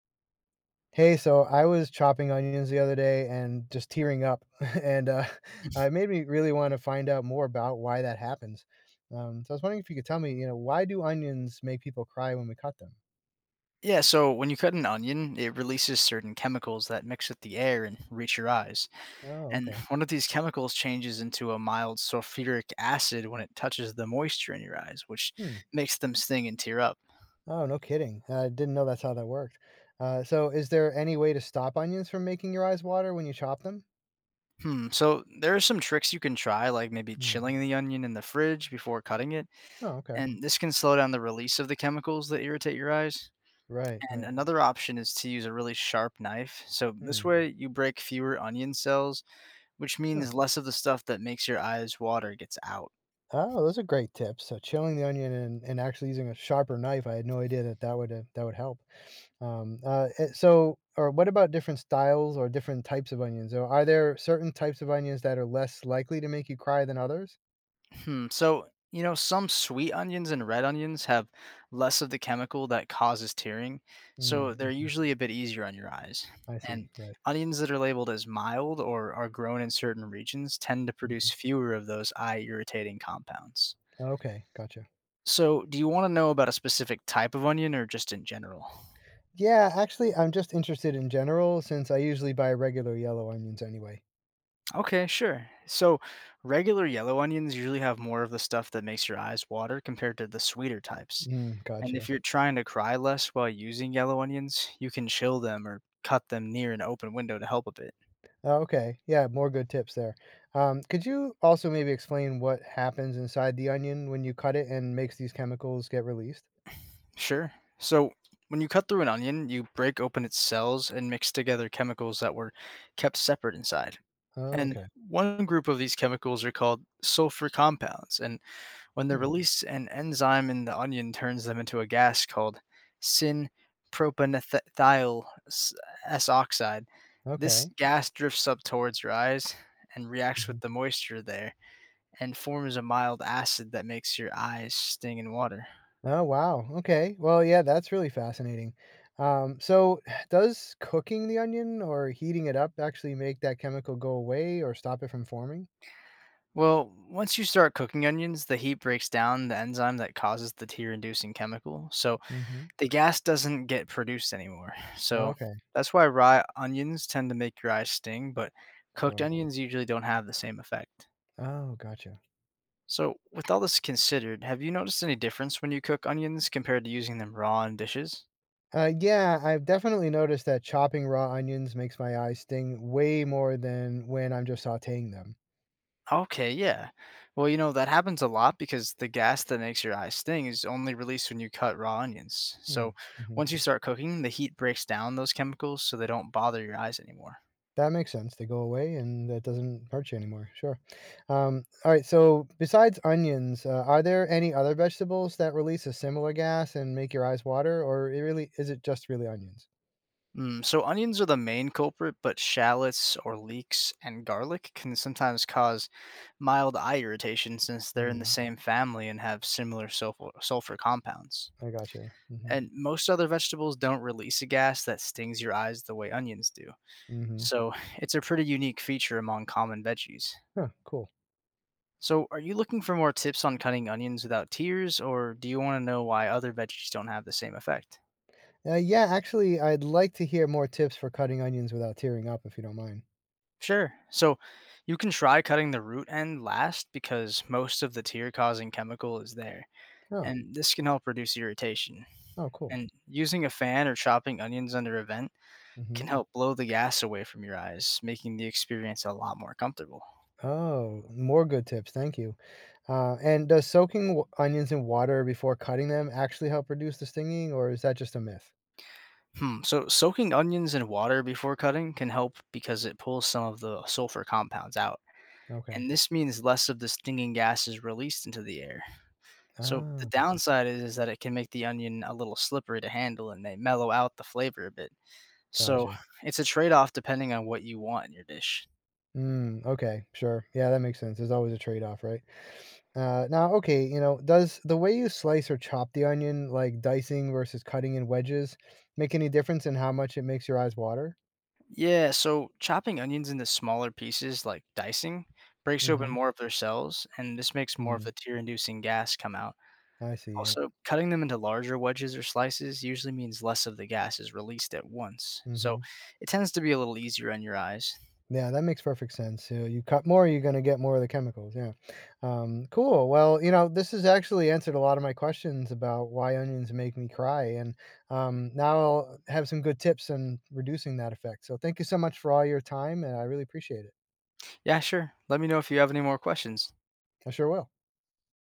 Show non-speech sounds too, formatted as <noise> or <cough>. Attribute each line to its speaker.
Speaker 1: Hey, so I was chopping onions the other day and just tearing up, <laughs> and <laughs> it made me really want to find out more about why that happens. So I was wondering if you could tell me, why do onions make people cry when we cut them?
Speaker 2: Yeah, so when you cut an onion, it releases certain chemicals that mix with the air and reach your eyes.
Speaker 1: Oh,
Speaker 2: And
Speaker 1: okay.
Speaker 2: <laughs> one of these chemicals changes into a mild sulfuric acid when it touches the moisture in your eyes, which
Speaker 1: Hmm.
Speaker 2: makes them sting and tear up.
Speaker 1: Oh, no kidding. I didn't know that's how that worked. So is there any way to stop onions from making your eyes water when you chop them?
Speaker 2: So there are some tricks you can try, like maybe
Speaker 1: Hmm.
Speaker 2: chilling the onion in the fridge before cutting it,
Speaker 1: Oh, okay.
Speaker 2: and this can slow down the release of the chemicals that irritate your eyes.
Speaker 1: Right,
Speaker 2: And
Speaker 1: right.
Speaker 2: another option is to use a really sharp knife. So
Speaker 1: Hmm.
Speaker 2: this way you break fewer onion cells, which
Speaker 1: Huh.
Speaker 2: means less of the stuff that makes your eyes water gets out.
Speaker 1: Oh, those are great tips. So chilling the onion and, actually using a sharper knife, I had no idea that that would help. Or what about different styles or different types of onions? Or are there certain types of onions that are less likely to make you cry than others?
Speaker 2: Some sweet onions and red onions have less of the chemical that causes tearing, so
Speaker 1: Mm,
Speaker 2: they're
Speaker 1: mm-hmm.
Speaker 2: usually a bit easier on your eyes.
Speaker 1: I see.
Speaker 2: And
Speaker 1: Right.
Speaker 2: onions that are labeled as mild or are grown in certain regions tend to produce
Speaker 1: Hmm.
Speaker 2: fewer of those eye irritating compounds.
Speaker 1: Okay. Gotcha.
Speaker 2: So, do you want to know about a specific type of onion or just in general?
Speaker 1: Yeah. Actually, I'm just interested in general since I usually buy regular yellow onions anyway.
Speaker 2: Okay, sure. So, regular yellow onions usually have more of the stuff that makes your eyes water compared to the sweeter types.
Speaker 1: Mm,
Speaker 2: And if
Speaker 1: gotcha.
Speaker 2: you're trying to cry less while using yellow onions, you can chill them or cut them near an open window to help a bit.
Speaker 1: Oh, okay. Yeah, more good tips there. Could you also maybe explain what happens inside the onion when you cut it and makes these chemicals get released?
Speaker 2: Sure. So, when you cut through an onion, you break open its cells and mix together chemicals that were kept separate inside.
Speaker 1: Oh,
Speaker 2: And
Speaker 1: okay.
Speaker 2: one group of these chemicals are called sulfur compounds, and when they're
Speaker 1: Hmm.
Speaker 2: released, an enzyme in the onion turns them into a gas called syn propanethyl s- oxide. This
Speaker 1: Okay.
Speaker 2: gas drifts up towards your eyes and reacts with
Speaker 1: Hmm.
Speaker 2: the moisture there and forms a mild acid that makes your eyes sting in water.
Speaker 1: Oh, wow. Okay. Well, yeah, that's really fascinating. Um, so, <sighs> does cooking the onion or heating it up actually make that chemical go away or stop it from forming?
Speaker 2: Well, once you start cooking onions, the heat breaks down the enzyme that causes the tear inducing chemical. So
Speaker 1: Hmm.
Speaker 2: the gas doesn't get produced anymore. So
Speaker 1: Okay.
Speaker 2: that's why raw onions tend to make your eyes sting, but cooked
Speaker 1: Sure.
Speaker 2: onions usually don't have the same effect.
Speaker 1: Oh, gotcha.
Speaker 2: So, with all this considered, have you noticed any difference when you cook onions compared to using them raw in dishes?
Speaker 1: Yeah, I've definitely noticed that chopping raw onions makes my eyes sting way more than when I'm just sautéing them.
Speaker 2: Okay, yeah. Well, you know, that happens a lot because the gas that makes your eyes sting is only released when you cut raw onions.
Speaker 1: Hmm.
Speaker 2: So,
Speaker 1: Hmm.
Speaker 2: once you start cooking, the heat breaks down those chemicals so they don't bother your eyes anymore.
Speaker 1: That makes sense. They go away and that doesn't hurt you anymore. Sure. All right. So, besides onions, are there any other vegetables that release a similar gas and make your eyes water, or it really is it just really onions?
Speaker 2: So onions are the main culprit, but shallots or leeks and garlic can sometimes cause mild eye irritation since they're in the
Speaker 1: Mm,
Speaker 2: same family and have similar sulfur compounds.
Speaker 1: I gotcha. Hmm.
Speaker 2: And most other vegetables don't release a gas that stings your eyes the way onions do.
Speaker 1: Hmm.
Speaker 2: So <laughs> it's a pretty unique feature among common veggies.
Speaker 1: Huh, cool.
Speaker 2: So are you looking for more tips on cutting onions without tears, or do you want to know why other veggies don't have the same effect?
Speaker 1: Yeah, actually, I'd like to hear more tips for cutting onions without tearing up, if you don't mind.
Speaker 2: Sure. So you can try cutting the root end last because most of the tear causing chemical is there,
Speaker 1: Oh,
Speaker 2: and this can help reduce irritation.
Speaker 1: oh, cool.
Speaker 2: And using a fan or chopping onions under a vent
Speaker 1: Hmm.
Speaker 2: can help blow the gas away from your eyes, making the experience a lot more comfortable.
Speaker 1: Oh, more good tips. Thank you. And does soaking onions in water before cutting them actually help reduce the stinging, or is that just a myth?
Speaker 2: So soaking onions in water before cutting can help because it pulls some of the sulfur compounds out,
Speaker 1: Okay.
Speaker 2: and this means less of the stinging gas is released into the air. So the
Speaker 1: Oh,
Speaker 2: downside is that it can make the onion a little slippery to handle and they mellow out the flavor a bit. So
Speaker 1: gotcha.
Speaker 2: it's a trade-off depending on what you want in your dish.
Speaker 1: Mm, okay, sure. Yeah, that makes sense. There's always a trade-off, right? Okay, does the way you slice or chop the onion, like dicing versus cutting in wedges, make any difference in how much it makes your eyes water?
Speaker 2: Yeah, so chopping onions into smaller pieces like dicing breaks open
Speaker 1: Mm-hmm.
Speaker 2: more of their cells and this makes more of
Speaker 1: Mm,
Speaker 2: the tear-inducing gas come out.
Speaker 1: I see. Yeah.
Speaker 2: Also, cutting them into larger wedges or slices usually means less of the gas is released at once. So
Speaker 1: Mm-hmm.
Speaker 2: it tends to be a little easier on your eyes.
Speaker 1: Yeah, that makes perfect sense. You cut more, you're gonna get more of the chemicals. Yeah. Cool. Well, this has actually answered a lot of my questions about why onions make me cry, and now I'll have some good tips on reducing that effect. So, thank you so much for all your time, and I really appreciate it.
Speaker 2: Yeah, sure. Let me know if you have any more questions.
Speaker 1: I sure will.